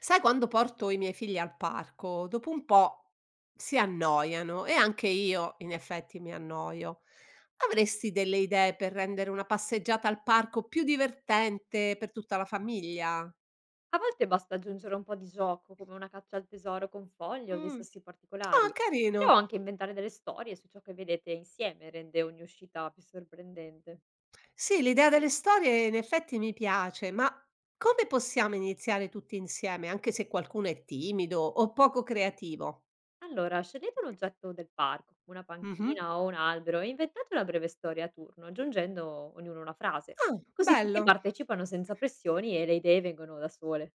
Sai quando porto i miei figli al parco, dopo un po' si annoiano e anche io in effetti mi annoio. Avresti delle idee per rendere una passeggiata al parco più divertente per tutta la famiglia? A volte basta aggiungere un po' di gioco, come una caccia al tesoro con foglie o dei Mm. sassi Ah, particolari, carino. però anche inventare delle storie su ciò che vedete insieme rende ogni uscita più sorprendente. Sì, l'idea delle storie in effetti mi piace, ma come possiamo iniziare tutti insieme, anche se qualcuno è timido o poco creativo? Allora, scegliete un oggetto del parco, come una Mhm. panchina o un albero, e inventate una breve storia a turno, aggiungendo ognuno una frase. Ah, Così tutti bello. partecipano senza pressioni e le idee vengono da sole.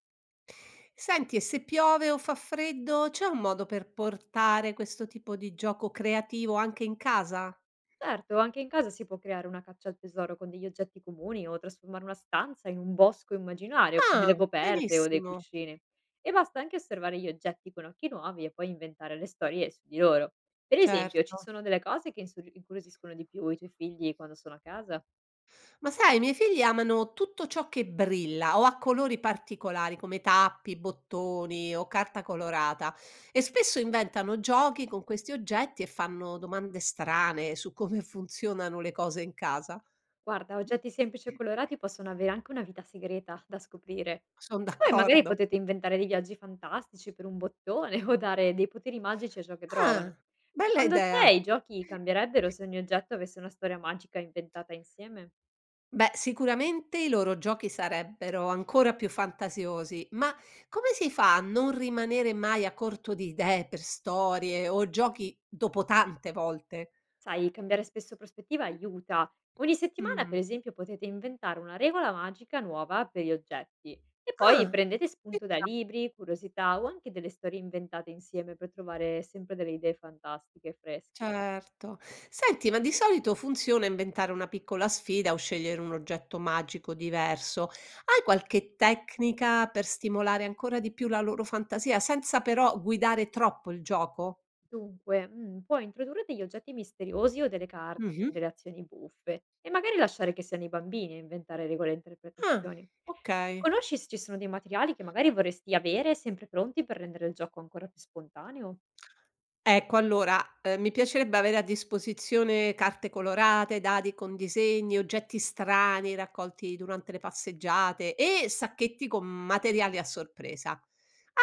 Senti, e se piove o fa freddo, c'è un modo per portare questo tipo di gioco creativo anche in casa? Certo, anche in casa si può creare una caccia al tesoro con degli oggetti comuni o trasformare una stanza in un bosco immaginario con Ah, delle coperte o dei benissimo, cuscini. E basta anche osservare gli oggetti con occhi nuovi e poi inventare le storie su di loro. Per esempio, ci certo. sono delle cose che incuriosiscono di più i tuoi figli quando sono a casa? Ma sai, i miei figli amano tutto ciò che brilla o ha colori particolari come tappi, bottoni o carta colorata e spesso inventano giochi con questi oggetti e fanno domande strane su come funzionano le cose in casa. Guarda, oggetti semplici e colorati possono avere anche una vita segreta da scoprire. Sono Poi magari d'accordo. potete inventare dei viaggi fantastici per un bottone o dare dei poteri magici a ciò che Ah, trovano. bella Secondo idea. te i giochi cambierebbero se ogni oggetto avesse una storia magica inventata insieme? Beh, sicuramente i loro giochi sarebbero ancora più fantasiosi, ma come si fa a non rimanere mai a corto di idee per storie o giochi dopo tante volte? Sai, cambiare spesso prospettiva aiuta. Ogni settimana, Mh. per esempio, potete inventare una regola magica nuova per gli oggetti e poi Ah, prendete ci spunto da sta, libri, curiosità o anche delle storie inventate insieme per trovare sempre delle idee fantastiche e fresche. certo. Senti, ma di solito funziona inventare una piccola sfida o scegliere un oggetto magico diverso. Hai qualche tecnica per stimolare ancora di più la loro fantasia senza però guidare troppo il gioco? Dunque, puoi introdurre degli oggetti misteriosi o delle carte con Mh-mh. delle azioni buffe e magari lasciare che siano i bambini a inventare regole e Ah, interpretazioni. okay. Conosci se ci sono dei materiali che magari vorresti avere sempre pronti per rendere il gioco ancora più spontaneo? Ecco allora, mi piacerebbe avere a disposizione carte colorate, dadi con disegni, oggetti strani raccolti durante le passeggiate e sacchetti con materiali a sorpresa.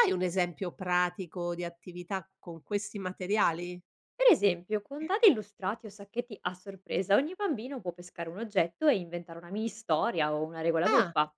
Hai un esempio pratico di attività con questi materiali? Per esempio, con dadi illustrati o sacchetti a sorpresa, ogni bambino può pescare un oggetto e inventare una mini storia o una regola Ah, buffa.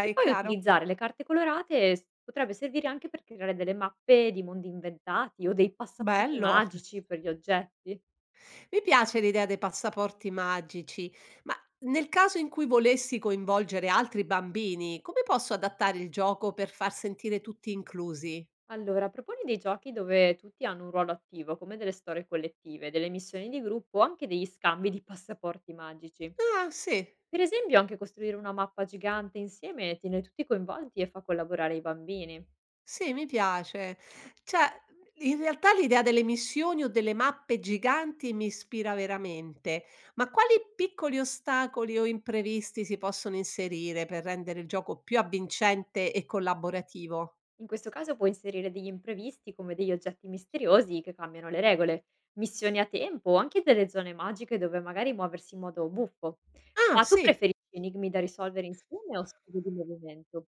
E poi chiaro. utilizzare le carte colorate potrebbe servire anche per creare delle mappe di mondi inventati o dei passaporti Bello. magici per gli oggetti. Mi piace l'idea dei passaporti magici, ma nel caso in cui volessi coinvolgere altri bambini, come posso adattare il gioco per far sentire tutti inclusi? Allora, proponi dei giochi dove tutti hanno un ruolo attivo, come delle storie collettive, delle missioni di gruppo o anche degli scambi di passaporti magici. Ah, sì. Per esempio, anche costruire una mappa gigante insieme tiene tutti coinvolti e fa collaborare i bambini. Sì, mi piace. Cioè, in realtà l'idea delle missioni o delle mappe giganti mi ispira veramente, ma quali piccoli ostacoli o imprevisti si possono inserire per rendere il gioco più avvincente e collaborativo? In questo caso puoi inserire degli imprevisti come degli oggetti misteriosi che cambiano le regole, missioni a tempo o anche delle zone magiche dove magari muoversi in modo buffo. Ah, Ma tu sì. preferisci enigmi da risolvere insieme o studi di movimento?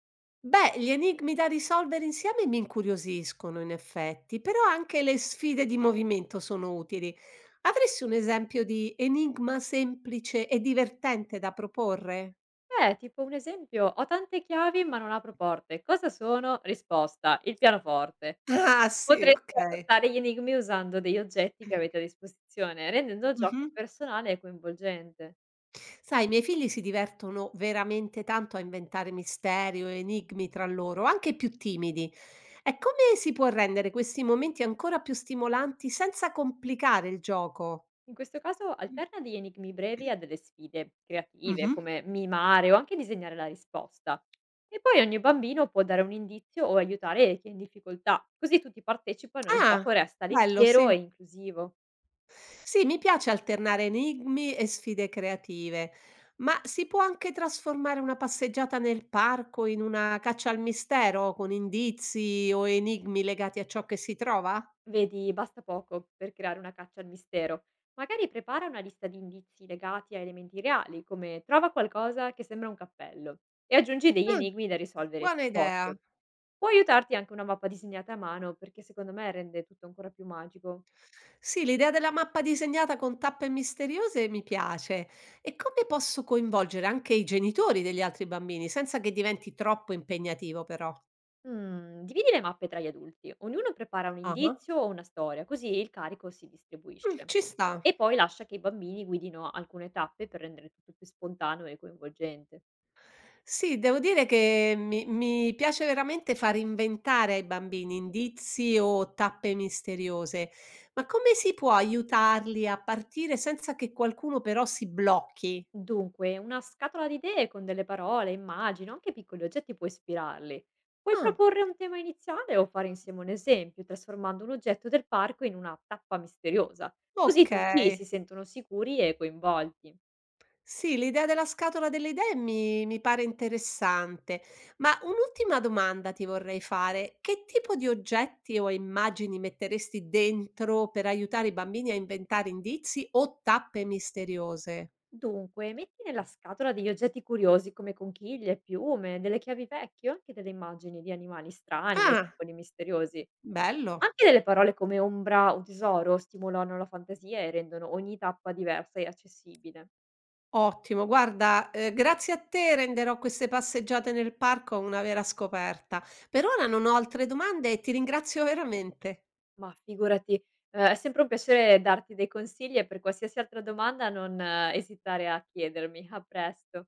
Beh, gli enigmi da risolvere insieme mi incuriosiscono in effetti, però anche le sfide di movimento sono utili. Avresti un esempio di enigma semplice e divertente da proporre? Beh, tipo un esempio, ho tante chiavi ma non apro porte. Cosa sono? Risposta, il pianoforte. Ah, sì, Potresti ok. adattare gli enigmi usando degli oggetti che avete a disposizione, rendendo il gioco Mh-mh. personale e coinvolgente. Sai, i miei figli si divertono veramente tanto a inventare misteri o enigmi tra loro, anche più timidi. E come si può rendere questi momenti ancora più stimolanti senza complicare il gioco? In questo caso alterna degli enigmi brevi a delle sfide creative, Mh-mh. come mimare o anche disegnare la risposta. E poi ogni bambino può dare un indizio o aiutare chi è in difficoltà, così tutti partecipano e il gioco Ah, resta bello, leggero e sì. inclusivo. Sì, mi piace alternare enigmi e sfide creative, ma si può anche trasformare una passeggiata nel parco in una caccia al mistero con indizi o enigmi legati a ciò che si trova? Vedi, basta poco per creare una caccia al mistero. Magari prepara una lista di indizi legati a elementi reali, come trova qualcosa che sembra un cappello, e aggiungi degli Ah. enigmi da risolvere Buona sul idea. posto. Può aiutarti anche una mappa disegnata a mano, perché secondo me rende tutto ancora più magico. Sì, l'idea della mappa disegnata con tappe misteriose mi piace. E come posso coinvolgere anche i genitori degli altri bambini senza che diventi troppo impegnativo, però? Mhmm, Dividi le mappe tra gli adulti. Ognuno prepara un Ah-ah. indizio o una storia, così il carico si Mm, distribuisce. ci sta. E poi lascia che i bambini guidino alcune tappe per rendere tutto più spontaneo e coinvolgente. Sì, devo dire che mi piace veramente far inventare ai bambini indizi o tappe misteriose, ma come si può aiutarli a partire senza che qualcuno però si blocchi? Dunque, una scatola di idee con delle parole, immagini o anche piccoli oggetti può ispirarli. Puoi Ah, proporre un tema iniziale o fare insieme un esempio, trasformando un oggetto del parco in una tappa misteriosa. Così ok. tutti si sentono sicuri e coinvolti. Sì, l'idea della scatola delle idee mi pare interessante, ma un'ultima domanda ti vorrei fare: che tipo di oggetti o immagini metteresti dentro per aiutare i bambini a inventare indizi o tappe misteriose? Dunque, metti nella scatola degli oggetti curiosi come conchiglie, piume, delle chiavi vecchie o anche delle immagini di animali strani e Ah, simboli misteriosi. bello, Anche delle parole come ombra o tesoro stimolano la fantasia e rendono ogni tappa diversa e accessibile. ottimo. Guarda, grazie a te renderò queste passeggiate nel parco una vera scoperta. Per ora non ho altre domande e ti ringrazio veramente. Ma figurati, è sempre un piacere darti dei consigli e per qualsiasi altra domanda non esitare a chiedermi. A presto.